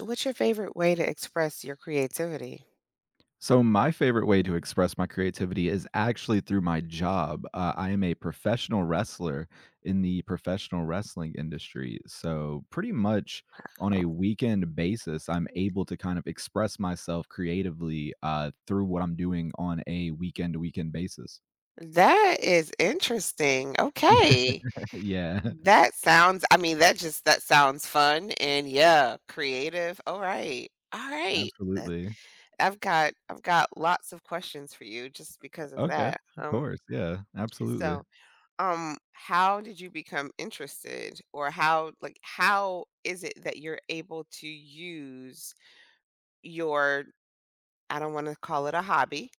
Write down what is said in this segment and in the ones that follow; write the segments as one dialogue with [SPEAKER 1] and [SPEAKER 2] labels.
[SPEAKER 1] What's your favorite way to express your creativity?
[SPEAKER 2] So, my favorite way to express my creativity is actually through my job. I am a professional wrestler in the professional wrestling industry. So, pretty much on
[SPEAKER 1] Oh,
[SPEAKER 2] a weekend basis, I'm able to kind of express myself creatively through what I'm doing on a weekend to weekend basis.
[SPEAKER 1] that is interesting. Okay.
[SPEAKER 2] Yeah.
[SPEAKER 1] That sounds, I mean, that just that sounds fun and yeah, creative. All right. All right. That-
[SPEAKER 2] Absolutely.
[SPEAKER 1] I've got lots of questions for you just because of
[SPEAKER 2] Okay,
[SPEAKER 1] that.
[SPEAKER 2] of course. Yeah, absolutely.
[SPEAKER 1] So how did you become interested, or how, like, how is it that you're able to use your— I don't want to call it a hobby—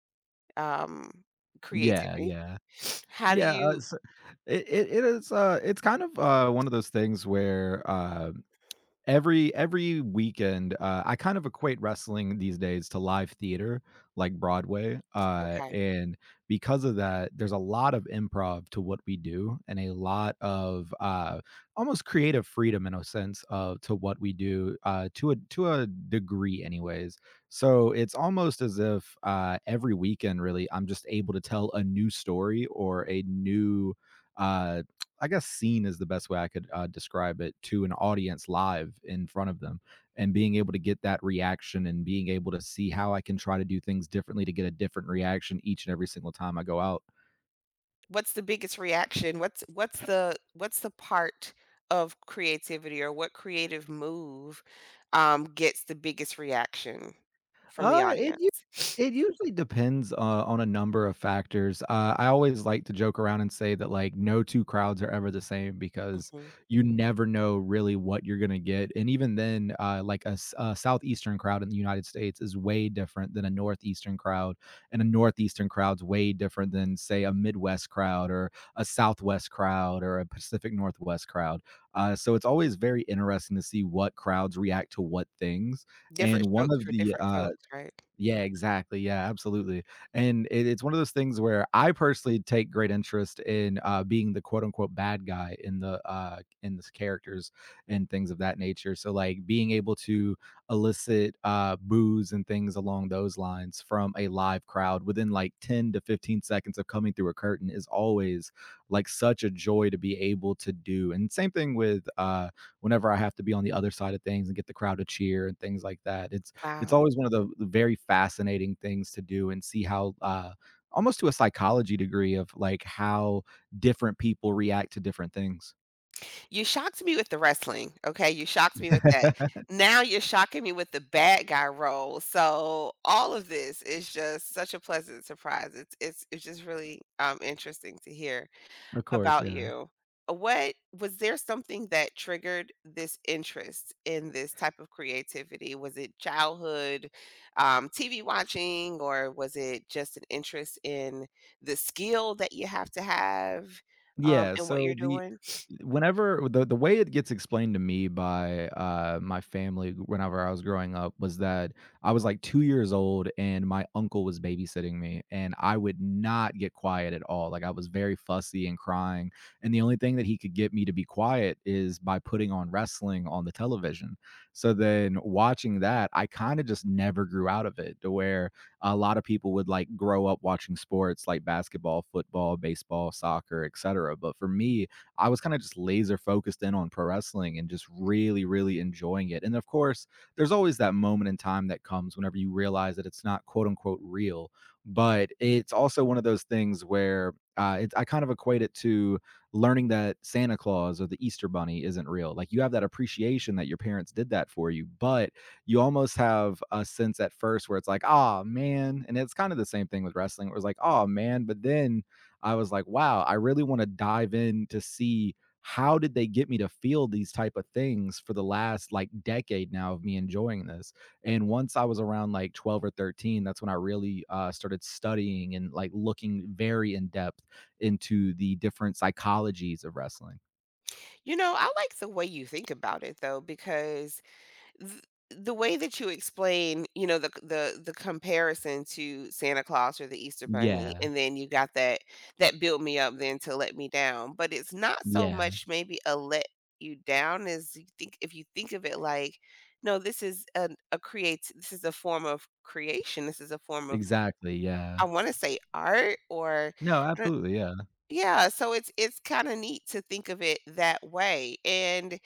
[SPEAKER 1] um
[SPEAKER 2] Yeah,
[SPEAKER 1] creativity?
[SPEAKER 2] yeah.
[SPEAKER 1] How do
[SPEAKER 2] Yeah,
[SPEAKER 1] you—
[SPEAKER 2] so it is it's kind of one of those things where every weekend, I kind of equate wrestling these days to live theater, like Broadway,
[SPEAKER 1] okay,
[SPEAKER 2] and because of that, there's a lot of improv to what we do and a lot of, almost creative freedom in a sense of to what we do, to a degree anyways. So, it's almost as if, every weekend really, I'm just able to tell a new story or a new, uh I guess seen is the best way I could describe it to an audience live in front of them and being able to get that reaction and being able to see how I can try to do things differently to get a different reaction each and every single time I go out.
[SPEAKER 1] what's the biggest reaction? What's the part of creativity, or what creative move, gets the biggest reaction from the
[SPEAKER 2] Uh, it u
[SPEAKER 1] audience?
[SPEAKER 2] it usually depends, on a number of factors. I always like to joke around and say that, like, no 2 crowds are ever the same because
[SPEAKER 1] Mhm.
[SPEAKER 2] you never know really what you're gonna get, and even then, like, a southeastern crowd in the United States is way different than a northeastern crowd, and a northeastern crowd's way different than, say, a Midwest crowd or a Southwest crowd or a Pacific Northwest crowd. So it's always very interesting to see what crowds react to what things,
[SPEAKER 1] Different
[SPEAKER 2] and one
[SPEAKER 1] strokes
[SPEAKER 2] of
[SPEAKER 1] for
[SPEAKER 2] the,
[SPEAKER 1] different folks, right?
[SPEAKER 2] yeah, exactly, yeah, absolutely, and it's one of those things where I personally take great interest in, being the quote unquote "bad guy" in the characters and things of that nature, so, like, being able to elicit, boos and things along those lines from a live crowd within, like, 10 to 15 seconds of coming through a curtain is always, like, such a joy to be able to do, and same thing with, whenever I have to be on the other side of things and get the crowd to cheer and things like that, it's
[SPEAKER 1] Wow.
[SPEAKER 2] always one of the very fascinating things to do and see how, almost to a psychology degree of, like, how different people react to different things.
[SPEAKER 1] You shocked me with the wrestling, okay? You shocked me with that. Now you're shocking me with the bad guy role. So all of this is just such a pleasant surprise. It's just really interesting to hear
[SPEAKER 2] Of course,
[SPEAKER 1] about
[SPEAKER 2] yeah.
[SPEAKER 1] you. What— was there something that triggered this interest in this type of creativity? Was it childhood TV watching, or was it just an interest in the skill that you have to have,
[SPEAKER 2] Yeah,
[SPEAKER 1] and what
[SPEAKER 2] so
[SPEAKER 1] you're
[SPEAKER 2] the
[SPEAKER 1] doing?
[SPEAKER 2] whenever the way it gets explained to me by, my family whenever I was growing up was that I was, like, 2 years old and my uncle was babysitting me, and I would not get quiet at all, like, I was very fussy and crying, and the only thing that he could get me to be quiet is by putting on wrestling on the television. So then watching that, I kinda just never grew out of it to where a lot of people would like grow up watching sports like basketball, football, baseball, soccer, etc. But for me, I was kind of just laser focused in on pro wrestling and just really, really enjoying it. And of course, there's always that moment in time that comes whenever you realize that it's not quote unquote real. But it's also one of those things where I kind of equate it to learning that Santa Claus or the Easter Bunny isn't real. Like you have that appreciation that your parents did that for you, but you almost have a sense at first where it's like, oh man. And it's kind of the same thing with wrestling. It was like, oh man. But then I was like, wow, I really want to dive in to see how did they get me to feel these type of things for the last like decade now of me enjoying this, and once I was around like 12 or 13, that's when I really started studying and like looking very in depth into the different psychologies of wrestling.
[SPEAKER 1] You know, I like the way you think about it, though, because th- the way that you explain, you know, the comparison to Santa Claus or the Easter Bunny,
[SPEAKER 2] Yeah,
[SPEAKER 1] and then you got that— that built me up then to let me down. But it's not so
[SPEAKER 2] yeah,
[SPEAKER 1] much maybe a let you down as you think if you think of it like, no, this is a— a create— this is a form of creation. This is a form of—
[SPEAKER 2] exactly, yeah.
[SPEAKER 1] I want to say art, or—
[SPEAKER 2] No,
[SPEAKER 1] I don't—
[SPEAKER 2] absolutely. Yeah,
[SPEAKER 1] yeah, so it's kinda neat to think of it that way, and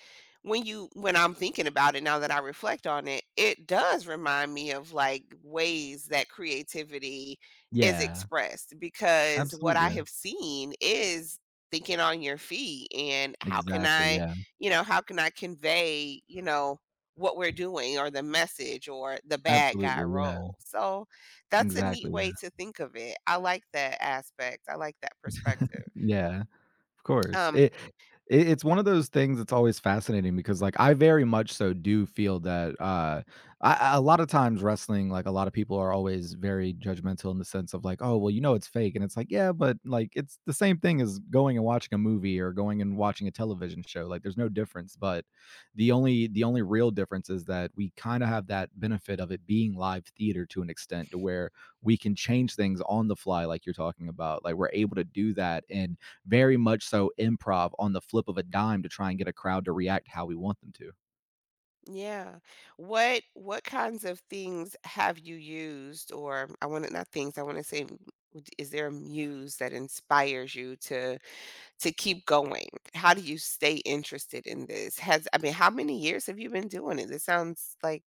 [SPEAKER 1] when you— when I'm thinking about it now that I reflect on it, it does remind me of, like, ways that creativity is
[SPEAKER 2] yeah.
[SPEAKER 1] expressed because what I
[SPEAKER 2] Absolutely.
[SPEAKER 1] have seen is thinking on your feet and how can
[SPEAKER 2] Exactly,
[SPEAKER 1] I,
[SPEAKER 2] yeah.
[SPEAKER 1] you know, how can I convey, you know, what we're doing or the message or the bad guy
[SPEAKER 2] Absolutely, yeah.
[SPEAKER 1] role? So, that's a neat
[SPEAKER 2] Exactly,
[SPEAKER 1] way
[SPEAKER 2] yeah.
[SPEAKER 1] to think of it. I like that aspect. I like that perspective.
[SPEAKER 2] Yeah. Of course.
[SPEAKER 1] Um,
[SPEAKER 2] It's one of those things that's always fascinating because, like, I very much so do feel that, a lot of times wrestling, like, a lot of people are always very judgmental in the sense of like, "Oh, well, you know it's fake," and it's like, "Yeah, but, like, it's the same thing as going and watching a movie or going and watching a television show, like, there's no difference," but the only real difference is that we kinda have that benefit of it being live theater to an extent to where we can change things on the fly like you're talking about, like, we're able to do that and very much so improv on the flip of a dime to try and get a crowd to react how we want them to.
[SPEAKER 1] yeah. What kinds of things have you used, or I want to— not things, I want to say would— is there a muse that inspires you to keep going? How do you stay interested in this? Has— I mean, how many years have you been doing it? This sounds like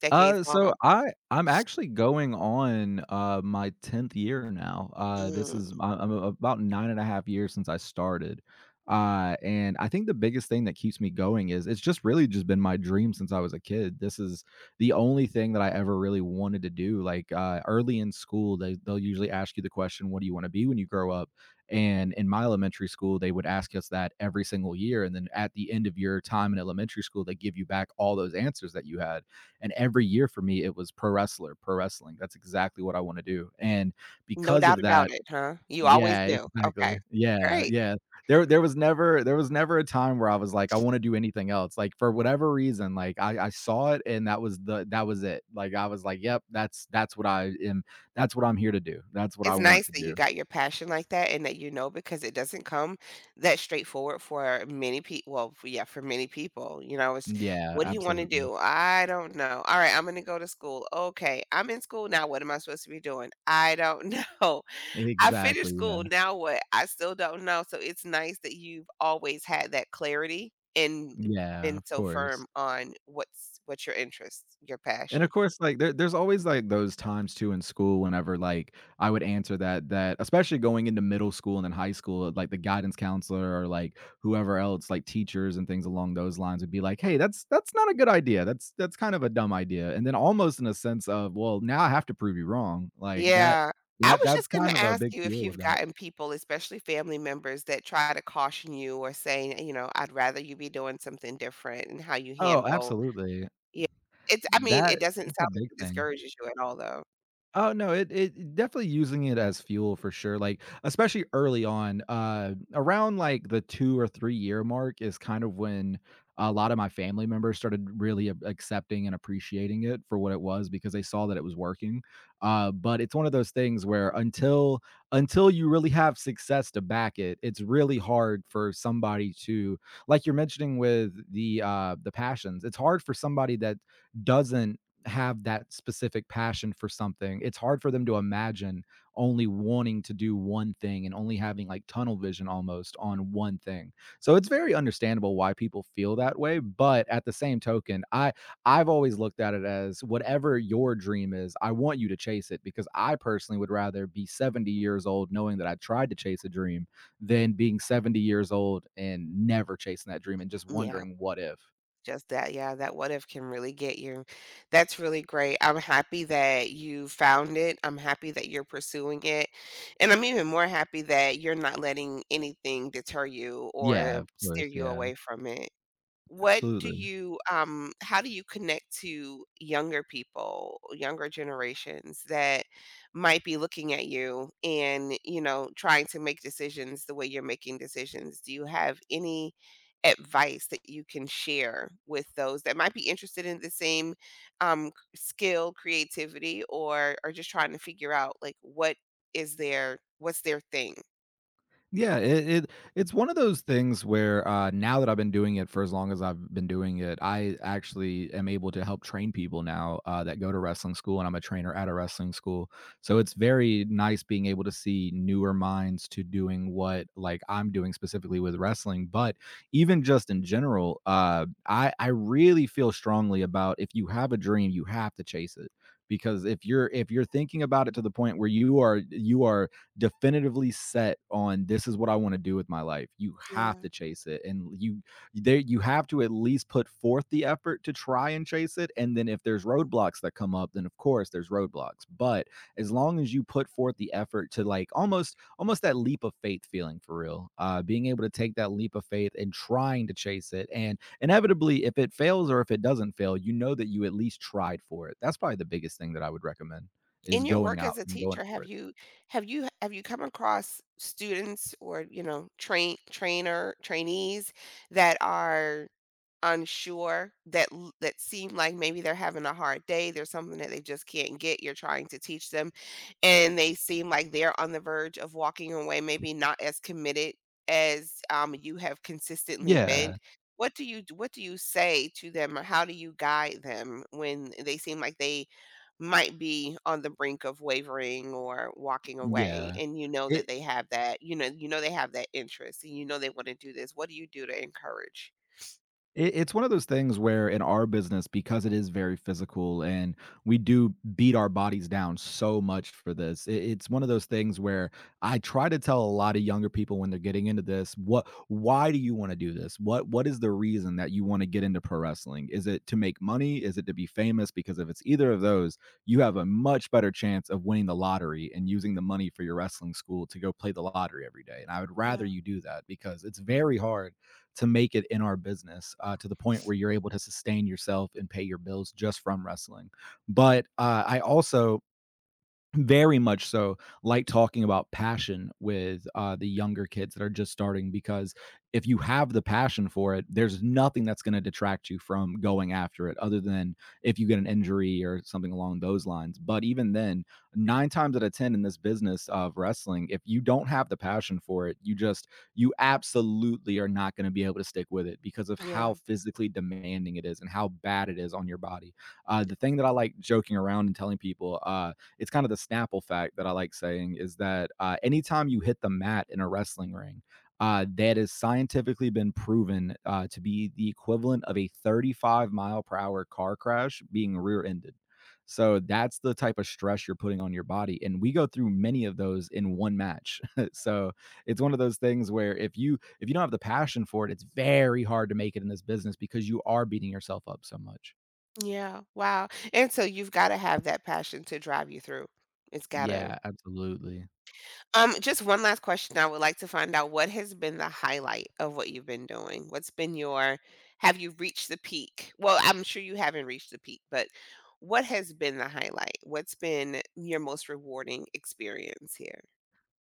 [SPEAKER 1] decades long.
[SPEAKER 2] So I'm actually going on, my 10th year now. This
[SPEAKER 1] Mm,
[SPEAKER 2] is I'm about 9.5 years since I started. And I think the biggest thing that keeps me going is it's just really just been my dream since I was a kid. This is the only thing that I ever really wanted to do. Like, early in school, they'll usually ask you the question, "What do you wanna be when you grow up?" And in my elementary school, they would ask us that every single year, and then at the end of your time in elementary school, they give you back all those answers that you had. And every year for me, it was pro wrestler, pro wrestling. That's exactly what I want to do. And
[SPEAKER 1] no
[SPEAKER 2] because
[SPEAKER 1] doubt
[SPEAKER 2] of
[SPEAKER 1] about
[SPEAKER 2] that.
[SPEAKER 1] it, huh? You always
[SPEAKER 2] Yeah,
[SPEAKER 1] knew.
[SPEAKER 2] exactly.
[SPEAKER 1] Okay.
[SPEAKER 2] Yeah,
[SPEAKER 1] Great.
[SPEAKER 2] yeah. There was never a time where I was like, I want to do anything else. Like for whatever reason, like I saw it and that was it. Like I was like, yep, that's what I am, that's what I'm here to do. That's what I
[SPEAKER 1] It's
[SPEAKER 2] want
[SPEAKER 1] nice
[SPEAKER 2] to
[SPEAKER 1] that you
[SPEAKER 2] do.
[SPEAKER 1] got your passion like that, and that you know, because it doesn't come that straightforward for many— peo well, for— yeah, for many people, you know, it's,
[SPEAKER 2] Yeah,
[SPEAKER 1] "What do you wanna
[SPEAKER 2] absolutely.
[SPEAKER 1] do?" "I don't know." "Alright, I'm gonna go to school." "Okay, I'm in school now, what am I supposed to be doing?" "I don't know." "I finished
[SPEAKER 2] Exactly. Yeah.
[SPEAKER 1] school, now what?" "I still don't know." So it's nice that you've always had that clarity and
[SPEAKER 2] Yeah,
[SPEAKER 1] been
[SPEAKER 2] of
[SPEAKER 1] so
[SPEAKER 2] course.
[SPEAKER 1] firm on what's— what's your interest, your
[SPEAKER 2] And of
[SPEAKER 1] passion.
[SPEAKER 2] course, like there's always like those times too in school whenever like I would answer that especially going into middle school and then high school, like the guidance counselor or like whoever else, like teachers and things along those lines would be like, "Hey, that's not a good idea. That's kind of a dumb idea." And then almost in a sense of, well, now I have to prove you wrong. Like that
[SPEAKER 1] Yeah. I
[SPEAKER 2] that
[SPEAKER 1] was
[SPEAKER 2] that's
[SPEAKER 1] just gonna
[SPEAKER 2] kind of a
[SPEAKER 1] ask
[SPEAKER 2] big
[SPEAKER 1] you if
[SPEAKER 2] deal of
[SPEAKER 1] you've
[SPEAKER 2] that.
[SPEAKER 1] gotten people, especially family members, that try to caution you or saying, you know, "I'd rather you be doing something different," and how you
[SPEAKER 2] Oh,
[SPEAKER 1] handle—
[SPEAKER 2] absolutely.
[SPEAKER 1] yeah. It's— I mean,
[SPEAKER 2] That
[SPEAKER 1] it doesn't
[SPEAKER 2] that's a
[SPEAKER 1] sound like
[SPEAKER 2] big
[SPEAKER 1] it
[SPEAKER 2] thing.
[SPEAKER 1] discourages you at all, though.
[SPEAKER 2] Oh, no, definitely using it as fuel for sure, like, especially early on, around, like, the 2 or 3-year mark is kind of when a lot of my family members started really ab accepting and appreciating it for what it was because they saw that it was working, but it's one of those things where until you really have success to back it, it's really hard for somebody to, like you're mentioning with the passions, it's hard for somebody that doesn't have that specific passion for something. It's hard for them to imagine only wanting to do one thing and only having like tunnel vision almost on one thing. So it's very understandable why people feel that way, but at the same token, I've always looked at it as whatever your dream is, I want you to chase it because I personally would rather be 70 years old knowing that I tried to chase a dream than being 70 years old and never chasing that dream and just
[SPEAKER 1] Yeah,
[SPEAKER 2] wondering what if.
[SPEAKER 1] just that— yeah, that what if can really get you. That's really great. I'm happy that you found it. I'm happy that you're pursuing it, and I'm even more happy that you're not letting anything deter you
[SPEAKER 2] Yeah,
[SPEAKER 1] or
[SPEAKER 2] of
[SPEAKER 1] steer
[SPEAKER 2] course.
[SPEAKER 1] you
[SPEAKER 2] Yeah,
[SPEAKER 1] away from it. What do
[SPEAKER 2] absolutely.
[SPEAKER 1] you— how do you connect to younger people, younger generations that might be looking at you and, you know, trying to make decisions the way you're making decisions? Do you have any advice that you can share with those that might be interested in the same, skill, creativity, or are just trying to figure out like what is their— what's their thing?
[SPEAKER 2] Yeah, it's one of those things where now that I've been doing it for as long as I've been doing it, I actually am able to help train people now that go to wrestling school, and I'm a trainer at a wrestling school. So it's very nice being able to see newer minds to doing what like I'm doing specifically with wrestling, but even just in general, I really feel strongly about if you have a dream, you have to chase it because if you're thinking about it to the point where you are definitively set on this is what I want to do with my life, you have
[SPEAKER 1] Yeah.
[SPEAKER 2] to chase it. And you have to at least put forth the effort to try and chase it. And then if there's roadblocks that come up, then of course there's roadblocks. But as long as you put forth the effort to like almost that leap of faith feeling for real, being able to take that leap of faith and trying to chase it. And inevitably if it fails or if it doesn't fail, you know that you at least tried for it. That's probably the biggest thing that I would recommend is
[SPEAKER 1] In your
[SPEAKER 2] going
[SPEAKER 1] work
[SPEAKER 2] out
[SPEAKER 1] as a
[SPEAKER 2] and going
[SPEAKER 1] teacher,
[SPEAKER 2] for
[SPEAKER 1] have
[SPEAKER 2] it.
[SPEAKER 1] you— have you come across students, or, you know, train— trainer— trainees that are unsure, that that seem like maybe they're having a hard day, there's something that they just can't get, you're trying to teach them, and they seem like they're on the verge of walking away, maybe not as committed as, you have consistently been.
[SPEAKER 2] Yeah.
[SPEAKER 1] What do you— what do you say to them, or how do you guide them when they seem like they might be on the brink of wavering or walking away,
[SPEAKER 2] Yeah.
[SPEAKER 1] and you know
[SPEAKER 2] It
[SPEAKER 1] that they have that— you know— you know they have that interest and you know they want to do this— what do you do to encourage—
[SPEAKER 2] it's one of those things where in our business, because it is very physical and we do beat our bodies down so much for this, it's one of those things where I try to tell a lot of younger people when they're getting into this, what why do you want to do this? What is the reason that you want to get into pro wrestling? Is it to make money? Is it to be famous? Because if it's either of those, you have a much better chance of winning the lottery and using the money for your wrestling school to go play the lottery every day. And I would rather
[SPEAKER 1] yeah.
[SPEAKER 2] you do that, because it's very hard to make it in our business to the point where you're able to sustain yourself and pay your bills just from wrestling. But I also very much so, like, talking about passion with, the younger kids that are just starting, because if you have the passion for it, there's nothing that's gonna detract you from going after it other than if you get an injury or something along those lines. But even then, 9 times out of 10 in this business of wrestling, if you don't have the passion for it, you just, you absolutely are not gonna be able to stick with it because of how
[SPEAKER 1] Yeah.
[SPEAKER 2] physically demanding it is and how bad it is on your body. The thing that I like joking around and telling people, it's kind of the Snapple fact that I like saying, is that anytime you hit the mat in a wrestling ring, that has scientifically been proven to be the equivalent of a 35 mile per hour car crash being rear ended. So that's the type of stress you're putting on your body. And we go through many of those in one match. So it's one of those things where if you don't have the passion for it, it's very hard to make it in this business because you are beating yourself up so much.
[SPEAKER 1] Yeah. Wow. And so you've got to have that passion to drive you through. It's got to—
[SPEAKER 2] Yeah, absolutely.
[SPEAKER 1] Just one last question. I would like to find out, what has been the highlight of what you've been doing? What's been your— have you reached the peak? Well, I'm sure you haven't reached the peak, but what has been the highlight? What's been your most rewarding experience here?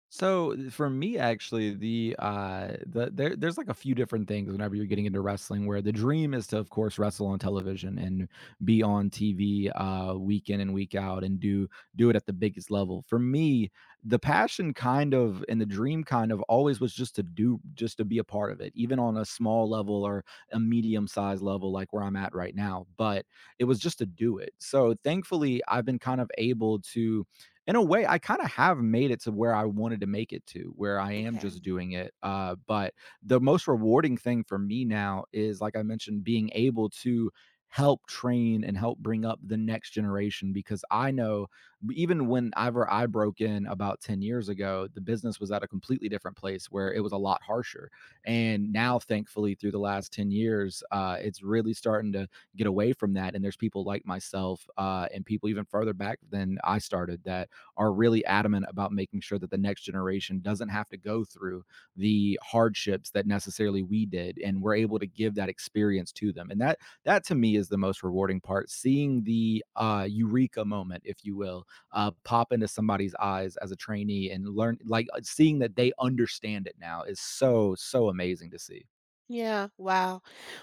[SPEAKER 2] For me, actually, there's like a few different things whenever you're getting into wrestling, where the dream is to, of course, wrestle on television and be on TV week in and week out and do it at the biggest level. For me, the passion kind of and the dream kind of always was just to do, just to be a part of it, even on a small level or a medium sized level, like where I'm at right now. But it was just to do it. So thankfully, I've been kind of able to, in a way, I kind of have made it to where I wanted to make it to where I am,
[SPEAKER 1] Okay.
[SPEAKER 2] just doing it, but the most rewarding thing for me now is, like I mentioned, being able to help train and help bring up the next generation. Because I know even whenever I broke in about 10 years ago, the business was at a completely different place where it was a lot harsher. And now, thankfully, through the last 10 years, it's really starting to get away from that. And there's people like myself and people even further back than I started that are really adamant about making sure that the next generation doesn't have to go through the hardships that necessarily we did, and we're able to give that experience to them. And that to me is the most rewarding part, seeing the eureka moment, if you will, pop into somebody's eyes as a trainee and learn, like, seeing that they understand it now is so so amazing to see.
[SPEAKER 1] Yeah, wow.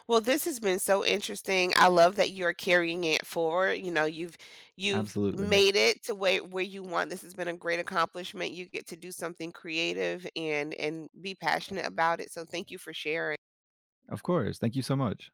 [SPEAKER 1] Well, this has been so interesting. I love that you're carrying it forward. You know, you've— you've
[SPEAKER 2] Absolutely.
[SPEAKER 1] made it to where— where you want. This has been a great accomplishment. You get to do something creative and be passionate about it. So thank you for sharing.
[SPEAKER 2] Of course, thank you so much.